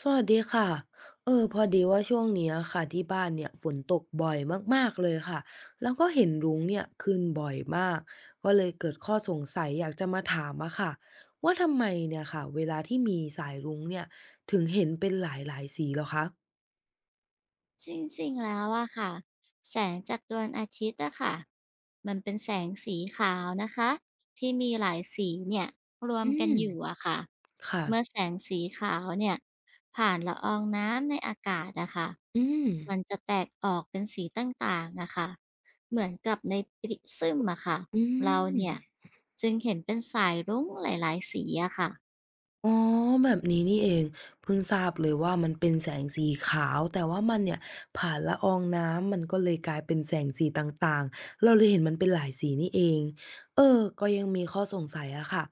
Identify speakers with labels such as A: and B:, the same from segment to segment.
A: สวัสดีค่ะพอดีว่าช่วงเนี้ยค่ะที่บ้านเนี่ยฝนตกบ่อยมากๆเลยค่ะ แล้วก็เห็นรุ้งเนี่ยขึ้นบ่อยมากก็เลยเกิดข้อสงสัยอยากจะมาถามอะค่ะ ว่าทำไมเนี่ยค่ะเวลาที่มีสายรุ้งเนี่ยถึงเห็นเป็นหลายๆสีเหรอคะ
B: จริงๆแล้วอะค่ะแสงจากดวงอาทิตย์อะค่ะมันเป็นแสงสีขาวนะคะที่มีหลายสีเนี่ยรว
A: อื
B: มกั
A: ม
B: นอยู่อะค่ะ
A: ค่ะ
B: เมื่อแสงสีขาวเนี่ยผ่านละอองน้ำในอากาศอะค่ะ
A: อืม
B: มันจะแตกออกเป็นสีต่างๆอะค่ะเหมือนกับในปริซึมอะค่ะ
A: อื
B: เราเนี่ย
A: ม
B: จึงเห็นเป็นสายรุ้งหลายๆสีอะค่ะ
A: อ๋อแบบนี้นี่เองเพิ่งทราบเลยว่ามันเป็นแสงสีขาวแต่ว่ามันเนี่ยผ่านละอองน้ำมันก็เลยกลายเป็นแสงสีต่างๆเราเลยเห็นมันเป็นหลายสีนี่เองก็ยังมีข้อสงสัยอะค่ะ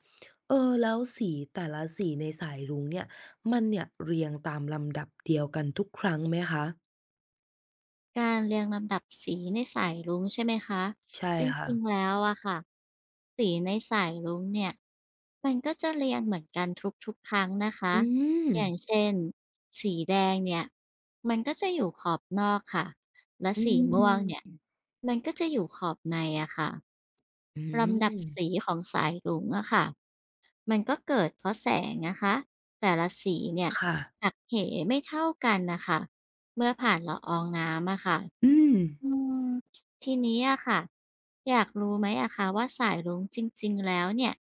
A: แล้วสีแต่ละสีในสายรุ้งเนี่ยมันเนี่ยเรียงตามลำดับเดียวกันทุกครั้งไหมคะ
B: การเรียงลำดับสีในสายรุ้งใช่ไหมคะ
A: ใช่
B: จ
A: ค่ะ
B: ริงๆแล้วอะค่ะสีในสายรุ้งเนี่ยมันก็จะเรียงเหมือนกันทุกๆครั้งนะคะ
A: อื
B: อย่าง
A: ม
B: เช่นสีแดงเนี่ยมันก็จะอยู่ขอบนอกค่ะและ
A: อื
B: สีม่วงเนี่ย
A: ม
B: มันก็จะอยู่ขอบในอะค่ะ
A: อื
B: ลำดับ
A: ม
B: สีของสายรุ้งอะค่ะมันก็เกิดเพราะแสงนะคะแต่ละสีเนี่ย
A: ค่ะ
B: หักเหไม่เท่ากันนะคะเมื่อผ่านละอองน้ำอะค่ะ
A: อืม
B: อืมทีนี้อะค่ะ อยากรู้ไหมอะคะว่าสายรุ้งจริงๆแล้วเนี่ย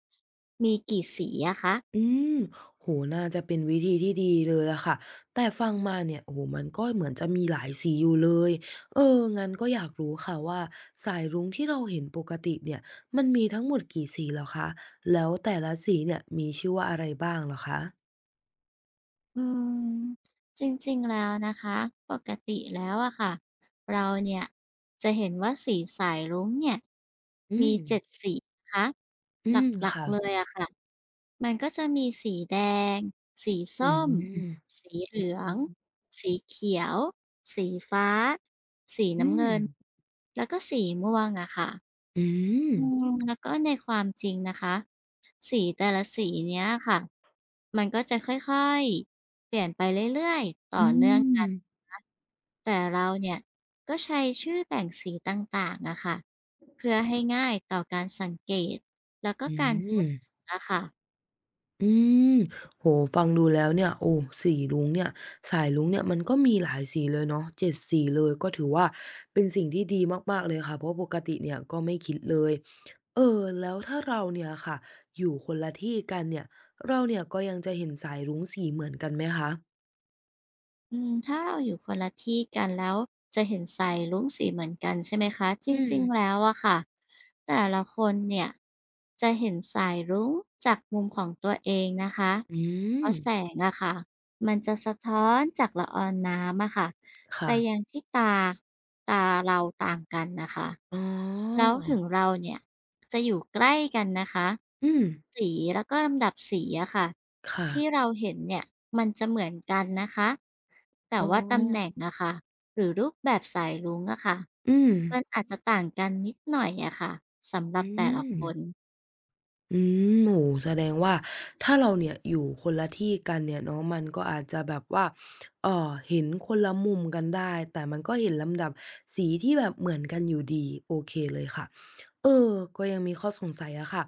B: มีกี่สีอะคะ
A: อืมโหน่าจะเป็นวิธีที่ดีเลยอะค่ะแต่ฟังมาเนี่ยโอ้โฮมันก็เหมือนจะมีหลายสีอยู่เลยเอองั้นก็อยากรู้ค่ะว่าสายรุ้งที่เราเห็นปกติเนี่ยมันมีทั้งหมดกี่สีเหรอคะแล้วแต่ละสีเนี่ยมีชื่อว่าอะไรบ้างเหรอคะ
B: อืมจริงๆ แล้วนะคะ ปกติแล้วอะค่ะ เราเนี่ยจะเห็นว่าสีสายรุ้งเนี่ย
A: อื
B: มี
A: ม
B: 7สีนะคะ
A: อื
B: ห
A: ม
B: ลัก
A: ค่ะ
B: ๆ เลยอะค่ะ มันก็จะมีสีแดง สี
A: อื
B: ส้ม
A: ม
B: สีเหลือง สีเขียว สีฟ้า สี
A: อื
B: น้ำ
A: ม
B: เงิน แล้วก็สีม่วงอะค่ะ
A: อืม
B: แล้วก็ในความจริงนะคะสีแต่ละสีเนี้ยค่ะมันก็จะค่อยๆเปลี่ยนไปเรื่อยๆต่อ
A: อื
B: เนื่องกัน
A: ม
B: นะคะแต่เราเนี่ยก็ใช้ชื่อแบ่งสีต่างๆอะค่ะเพื่อให้ง่ายต่อการสังเกตแล้วก็
A: อืม
B: การ
A: อื
B: พูด
A: ม
B: ถึงอะค่ะ
A: อืมโหฟังดูแล้วเนี่ยโอ้สีรุ้งเนี่ยสายรุ้งเนี่ยมันก็มีหลายสีเลยเนาะ7 สีเลย ก็ถือว่าเป็นสิ่งที่ดีมากๆเลยค่ะเพราะปกติเนี่ยก็ไม่คิดเลยแล้วถ้าเราเนี่ยค่ะอยู่คนละที่กันเนี่ยเราเนี่ยก็ยังจะเห็นสายรุ้งสีเหมือนกันไหมคะ
B: ถ้าเราอยู่คนละที่กันแล้วจะเห็นสายรุ้งสีเหมือนกันใช่ไหมคะจ
A: อืม
B: ริงๆแล้วอะค่ะแต่ละคนเนี่ยจะเห็นสายรุ้งจากมุมของตัวเองนะคะ
A: อื
B: เพ
A: ม
B: ราะแสงอะค่ะมันจะสะท้อนจากละอองน้ำอะค่ะไปยั
A: ค่ะ
B: งที่ตาตาเราต่างกันนะคะ
A: อ๋อ
B: แล้วถึงเราเนี่ยจะอยู่ใกล้กันนะคะ
A: อืม
B: สีแล้วก็ลำดับสีอะค่ะ
A: ค่ะ
B: ที่เราเห็นเนี่ยมันจะเหมือนกันนะคะแต่
A: อ๋
B: ว่าตำแหน่ง
A: อ
B: อะค่ะหรือรูปแบบสายรุ้งอะค่ะ
A: อืม
B: มันอาจจะต่างกันนิดหน่อยอะค่ะสำห
A: อื
B: รับแต่ละ
A: ม
B: คน
A: อืมโอ้โฮแสดงว่าถ้าเราเนี่ยอยู่คนละที่กันเนี่ยเนาะมันก็อาจจะแบบว่าเอ่อเห็นคนละมุมกันได้แต่มันก็เห็นลำดับสีที่แบบเหมือนกันอยู่ดีโอเคเลยค่ะเออก็ยังมีข้อสงสัยอะค่ะ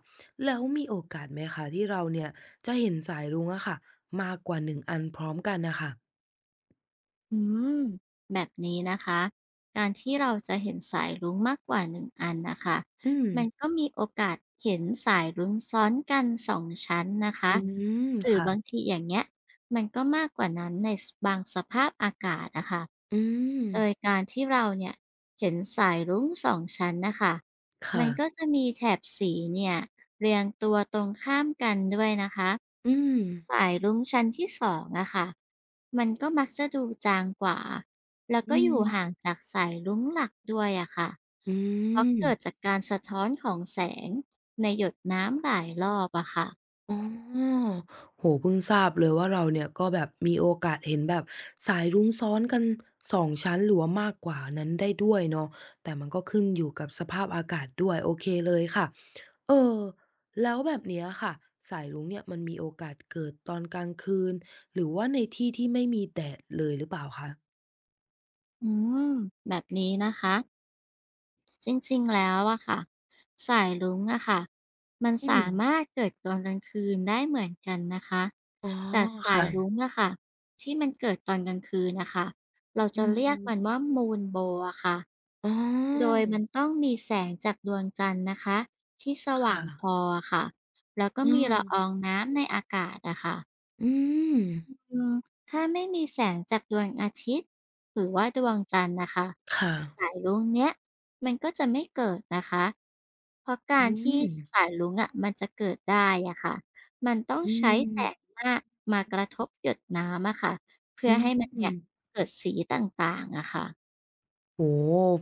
A: แล้วมีโอกาสไหมคะที่เราเนี่ยจะเห็นสายรุ้งอะค่ะมากกว่าหนึ่งอันพร้อมกันน่ะค่ะ
B: อืมแบบนี้นะคะการที่เราจะเห็นสายรุ้งมากกว่าหนึ่งอันนะคะ
A: อืม
B: มันก็มีโอกาสเห็นสายรุ้งซ้อนกันสองชั้นนะ
A: อื
B: คะ
A: ม
B: หรือบาง
A: ค่ะ
B: ทีอย่างเงี้ยมันก็มากกว่านั้นในบางสภาพอากาศนะคะ
A: อื
B: โดย
A: ม
B: การที่เราเนี่ยเห็นสายรุ้งสองชั้นนะคะ
A: ค่ะ
B: มันก็จะมีแถบสีเนี่ยเรียงตัวตรงข้ามกันด้วยนะคะ
A: อืม
B: สายรุ้งชั้นที่สองอะค่ะ มันก็มักจะดูจางกว่าแล้ว
A: อื
B: ก็อ
A: ม
B: ยู่ห่างจากสายรุ้งหลักด้วยอะค่ะ
A: อื
B: เพราะเกิด
A: ม
B: จากการสะท้อนของแสงในหยดน้ำหลายรอบอะค่ะ
A: อ๋อโอ้โฮเพิ่งทราบเลยว่าเราเนี่ยก็แบบมีโอกาสเห็นแบบสายรุ้งซ้อนกันสองชั้นหรือว่ามากกว่านั้นได้ด้วยเนาะแต่มันก็ขึ้นอยู่กับสภาพอากาศด้วยโอเคเลยค่ะเออแล้วแบบเนี้ยค่ะสายรุ้งเนี่ยมันมีโอกาสเกิดตอนกลางคืนหรือว่าในที่ที่ไม่มีแดดเลยหรือเปล่าคะ
B: อืม แบบนี้นะคะ จริงๆ แล้วอะค่ะสายรุ้งอะค่ะมัน
A: อืม
B: สามารถเกิดตอนกลางคืนได้เหมือนกันนะคะ
A: อ๋อ
B: แต่สา
A: ค่ะ
B: ยรุ้งอะค่ะที่มันเกิดตอนกลางคืนนะคะเรา
A: อื
B: จะเรียกมัน
A: ม
B: ว่ามูนโบอะค่ะ
A: อ๋
B: โด
A: อ
B: ยมันต้องมีแสงจากดวงจันทร์นะคะที่สว่า
A: ค่ะ
B: งพอะค่ะแล้วก็
A: อื
B: มี
A: ม
B: ละอองน้ำในอากาศอะค่ะ
A: อืม
B: อืมถ้าไม่มีแสงจากดวงอาทิตย์หรือว่าดวงจันทร์นะคะ
A: ค่ะ
B: สายรุ้งเนี้ยมันก็จะไม่เกิดนะคะเพราะการ
A: อื
B: ที่
A: ม
B: สายรุ้งอะมันจะเกิดได้อะค่ะมันต้อง
A: อื
B: ใช้แส
A: ม
B: งมากมากระทบหยดน้ำอะค่ะเพื่
A: อื
B: อให้มันเนี่ย
A: ม
B: เกิดสีต่างๆอะค่ะ
A: โอ้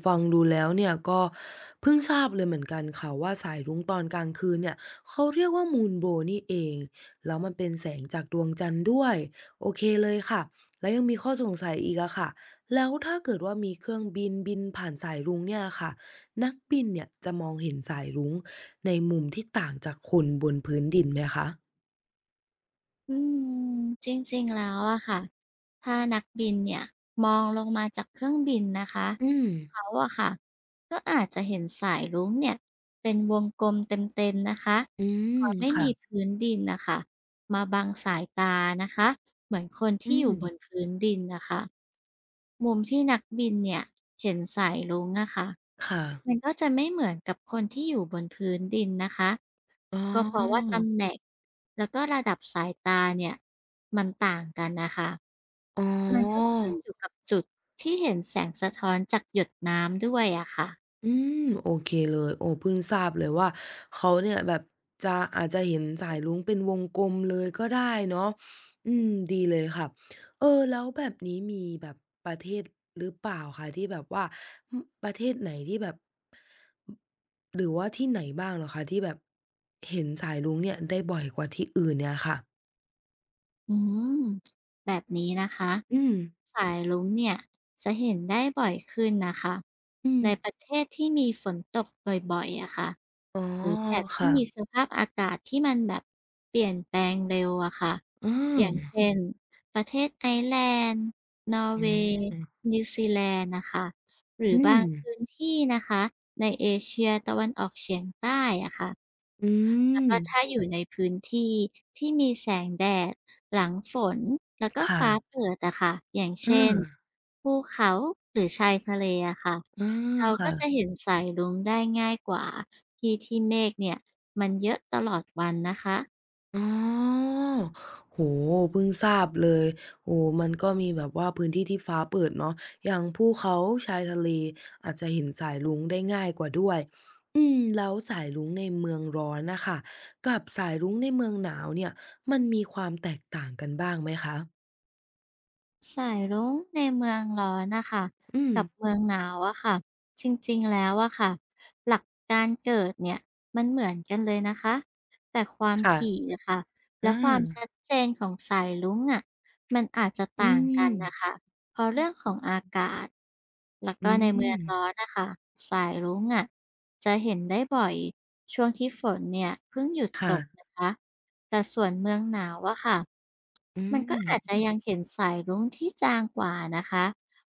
A: ฟังดูแล้วเนี่ยก็เพิ่งทราบเลยเหมือนกันค่ะว่าสายรุ้งตอนกลางคืนเนี่ยเขาเรียกว่า Moonbow นี่เองแล้วมันเป็นแสงจากดวงจันทร์ด้วยโอเคเลยค่ะแล้วยังมีข้อสงสัยอีกอะค่ะแล้วถ้าเกิดว่ามีเครื่องบินบินผ่านสายรุ้งเนี่ยค่ะนักบินเนี่ยจะมองเห็นสายรุ้งในมุมที่ต่างจากคนบนพื้นดินไหมคะ
B: อืมจริงๆแล้วอะค่ะ ถ้านักบินเนี่ยมองลงมาจากเครื่องบินนะคะ
A: อืม
B: เขาอะค่ะก็อาจจะเห็นสายรุ้งเนี่ยเป็นวงกลมเต็มๆนะคะ
A: อื
B: เพ
A: ม
B: ราะไม่มี
A: ค่ะ
B: พื้นดินนะค่ะมาบังสายตานะคะ เหมือนคน
A: อื
B: ที่อ
A: ม
B: ยู่บนพื้นดินนะคะ มุมที่นักบินเนี่ยเห็นสายรุ้งอะค่ะ
A: ค่ะ
B: มันก็จะไม่เหมือนกับคนที่อยู่บนพื้นดินนะคะ
A: อ๋
B: ก็เพราะว่า
A: อ
B: ตำแหน่งแล้วก็ระดับสายตาเนี่ยมันต่างกันนะคะ
A: อ๋อ
B: มันก็ขึ้นอยู่กับจุดที่เห็นแสงสะท้อนจากหยดน้ำด้วยอะค่ะ
A: อืมโอเคเลยโอ้เพิ่งทราบเลยว่าเขาเนี่ยแบบจะอาจจะเห็นสายรุ้งเป็นวงกลมเลยก็ได้เนาะอืมดีเลยค่ะแล้วแบบนี้มีแบบประเทศหรือเปล่าคะที่แบบว่าอืมประเทศไหนที่แบบหรือว่าที่ไหนบ้างเหรอคะที่แบบเห็นสายรุ้งเนี่ยได้บ่อยกว่าที่อื่นเนี่ยค่ะ
B: อืมแบบนี้นะคะ
A: อืม
B: สายรุ้งเนี่ยจะเห็นได้บ่อยขึ้นนะคะ
A: อืม
B: ในประเทศที่มีฝนตกบ่อยๆอะค่ะ
A: อ๋อ
B: หรือแถบที่
A: ค่ะ
B: มีสภาพอากาศที่มันแบบเปลี่ยนแปลงเร็วอะค่ะ
A: อื
B: อ
A: ม
B: ย่างเช่นประเทศไอร์แลนด์นอร์
A: อื
B: เวย์
A: ม
B: นิวซีแลนด์นะคะหรื
A: อื
B: อบา
A: ม
B: งพื้นที่นะคะในเอเชียตะวันออกเฉียงใต้อะค่ะ
A: อื
B: แล้ว
A: ม
B: ก็ถ้าอยู่ในพื้นที่ที่มีแสงแดดหลังฝนแล้วก็
A: ค
B: ฟ้า
A: ่ะ
B: เปิดอะค่ะอย่าง
A: อื
B: เช่
A: ม
B: นภูเขาหรือชายทะเลอะค่ะ
A: อา
B: เรา
A: ค่ะ
B: ก็จะเห็นสายรุ้งได้ง่ายกว่าที่ที่เมฆเนี่ยมันเยอะตลอดวันนะคะ
A: อ๋อโอ้โฮเพิ่งทราบเลยโอ้โฮมันก็มีแบบว่าพื้นที่ที่ฟ้าเปิดเนาะอย่างภูเขาชายทะเลอาจจะเห็นสายรุ้งได้ง่ายกว่าด้วยอืมแล้วสายรุ้งในเมืองร้อนน่ะค่ะกับสายรุ้งในเมืองหนาวเนี่ยมันมีความแตกต่างกันบ้างไหมคะ
B: สายรุ้งในเมืองร้อนน่ะค่ะ
A: อืม
B: กับเมืองหนาวอะค่ะจริงๆแล้วอะค่ะหลักการเกิดเนี่ยมันเหมือนกันเลยนะคะแต่ความ
A: ค่ะ
B: ถี่อะค่ะและ
A: อา
B: ความชัดเจนของสายรุ้งอะมันอาจจะ
A: อื
B: ต่างกัน
A: ม
B: น่ะค่ะ พอเรื่องของอากาศแล้วก็
A: อื
B: ในเมือ
A: ม
B: งร้อนน่ะค่ะสายรุ้งอะจะเห็นได้บ่อยช่วงที่ฝนเนี่ยเพิ่งหยุดต
A: ค่ะ
B: กนะคะแต่ส่วนเมืองหนาวอะค่ะ
A: อื
B: มันก็อาจจะ
A: ม
B: ยังเห็นสายรุ้งที่จางกว่านะคะ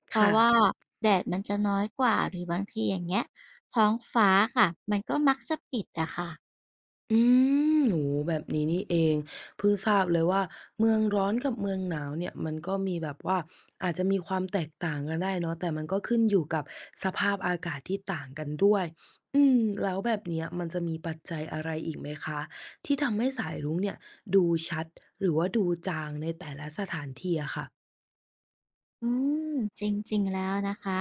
B: เพราะ
A: ค่ะ
B: ว่าแดดมันจะน้อยกว่าหรือบางทีอย่างเงี้ยท้องฟ้าค่ะมันก็มักจะปิดอะค่ะ
A: อืมโอ้โฮแบบนี้นี่เองเพิ่งทราบเลยว่าเมืองร้อนกับเมืองหนาวเนี่ยมันก็มีแบบว่าอาจจะมีความแตกต่างกันได้เนาะแต่มันก็ขึ้นอยู่กับสภาพอากาศที่ต่างกันด้วยอืมแล้วแบบเนี้ยมันจะมีปัจจัยอะไรอีกไหมคะที่ทำให้สายรุ้งเนี่ยดูชัดหรือว่าดูจางในแต่ละสถานที่อะค่ะ
B: อืมจริงๆแล้วนะคะ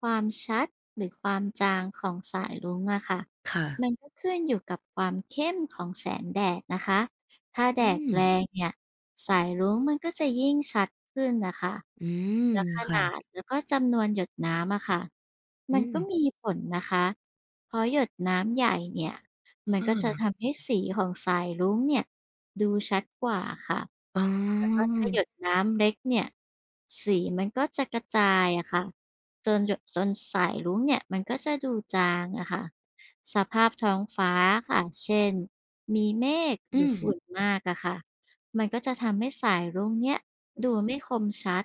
B: ความชัดหรือความจางของสายรุ้งอะค่ะ
A: ค่ะ
B: มันก็ขึ้นอยู่กับความเข้มของแสงแดดนะคะถ้าแด
A: อื
B: ด
A: ม
B: แรงเนี่ยสายรุ้งมันก็จะยิ่งชัดขึ้นนะคะ
A: อืม
B: แล้วข
A: ค่ะ
B: นาดแล้วก็จำนวนหยดน้ำอะค่ะ
A: อื
B: มันก็
A: ม
B: มีผลนะคะเพราะหยดน้ำใหญ่เนี่ย มั
A: อ
B: นก็จะ
A: า
B: ทำให้สีของสายรุ้งเนี่ยดูชัดกว่าค่ะ
A: อ๋
B: แล้วก็
A: อ
B: ถ้าหยดน้ำเล็กเนี่ยสีมันก็จะกระจายอะค่ะจนหยดจนสายรุ้งเนี่ยมันก็จะดูจางอะค่ะสภาพท้องฟ้าค่ะเช่นมีเมฆห
A: อื
B: รือ
A: ม
B: ฝุ่นมากอะค่ะมันก็จะทำให้สายรุ้งเนี่ยดูไม่คมชัด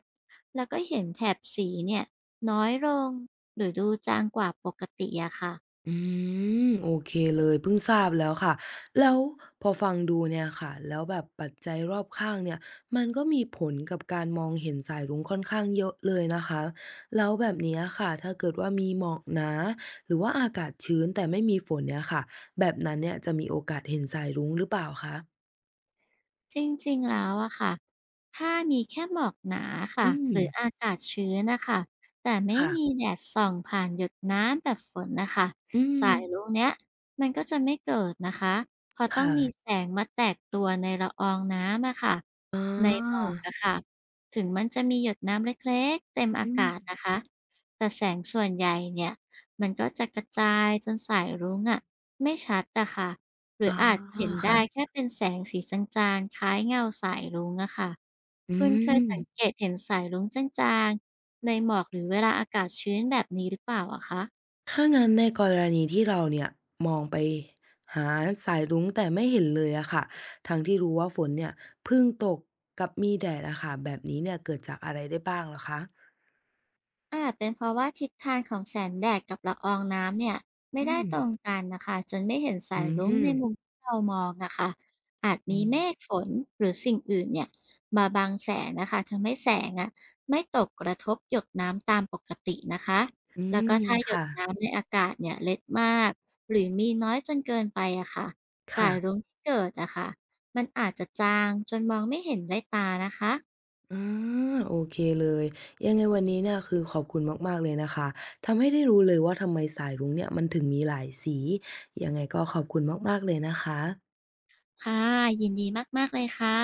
B: แล้วก็เห็นแถบสีเนี่ยน้อยลงหรือดูจางกว่าปกติอะค่ะ
A: อืมโอเคเลยเพิ่งทราบแล้วค่ะแล้วพอฟังดูเนี่ยค่ะแล้วแบบปัจจัยรอบข้างเนี่ยมันก็มีผลกับการมองเห็นสายรุ้งค่อนข้างเยอะเลยนะคะแล้วแบบเนี้ยค่ะถ้าเกิดว่ามีหมอกหนาหรือว่าอากาศชื้นแต่ไม่มีฝนเนี่ยค่ะแบบนั้นเนี่ยจะมีโอกาสเห็นสายรุ้งหรือเปล่าคะ
B: จริงๆแล้วอะค่ะ ถ้ามีแค่หมอกหนา
A: อื
B: ค่ะ
A: ม
B: หรืออากาศชื้นนะคะ แต่ไม่
A: ค่ะ
B: มีแดดส่องผ่านหยดน้ำแบบฝนนะคะ
A: อืม
B: สายรุ้งเนี้ยมันก็จะไม่เกิดนะคะเพราะต้องมี
A: ค่ะ
B: แสงมาแตกตัวในละอองน้ำอะค่ะ
A: อ๋อ
B: ในหมอกอะค่ะถึงมันจะมีหยดน้ำเล็กๆเต็มอา
A: อื
B: กาศ
A: ม
B: นะคะแต่แสงส่วนใหญ่เนี่ยมันก็จะกระจายจนสายรุ้งอะไม่ชัดอะค่ะ หรื
A: อ๋อ
B: ออาจเห็น
A: ค่ะ
B: ได้แค่เป็นแสงสีจางๆคล้ายเงาสายรุ้งอะค่ะ
A: อื
B: คุณเค
A: ม
B: ยสังเกตเห็นสายรุ้งจางๆในหมอกหรือเวลาอากาศชื้นแบบนี้หรือเปล่าอะคะ
A: ถ้างั้นในกรณีที่เราเนี่ยมองไปหาสายรุ้งแต่ไม่เห็นเลยอะค่ะทั้งที่รู้ว่าฝนเนี่ยเพิ่งตกกับมีแดดอะค่ะแบบนี้เนี่ยเกิดจากอะไรได้บ้างเหรอคะ
B: อาจเป็นเพราะว่าทิศทางของแสงแดดกับละอองน้ำเนี่ยไม่
A: อื
B: ได้
A: ม
B: ตรงกันนะคะจนไม่เห็นสา
A: อื
B: ยรุ้งใน
A: ม
B: มุมที่เรามองนะคะอาจ
A: อื
B: มีเม
A: ม
B: ฆฝนหรือสิ่งอื่นเนี่ยมาบังแสงนะคะทำให้แสงอะไม่ตกกระทบหยดน้ำตามปกตินะคะ
A: อื
B: แล้วก็
A: ม
B: ถ้าหยด
A: ค่ะ
B: น้ำในอากาศเนี่ยเล็ดมากหรือมีน้อยจนเกินไปอะค่ะสาย
A: ค่ะ
B: รุ้งที่เกิดอะค่ะมันอาจจะจางจนมองไม่เห็นด้วยตานะคะ
A: อาโอเคเลยยังไงวันนี้เนี่ยคือขอบคุณมากๆเลยนะคะทำให้ได้รู้เลยว่าทำไมสายรุ้งเนี่ยมันถึงมีหลายสี ยังไงก็ขอบคุณมากๆเลยนะคะ
B: ค่ะยินดีมากๆเลยค่ะ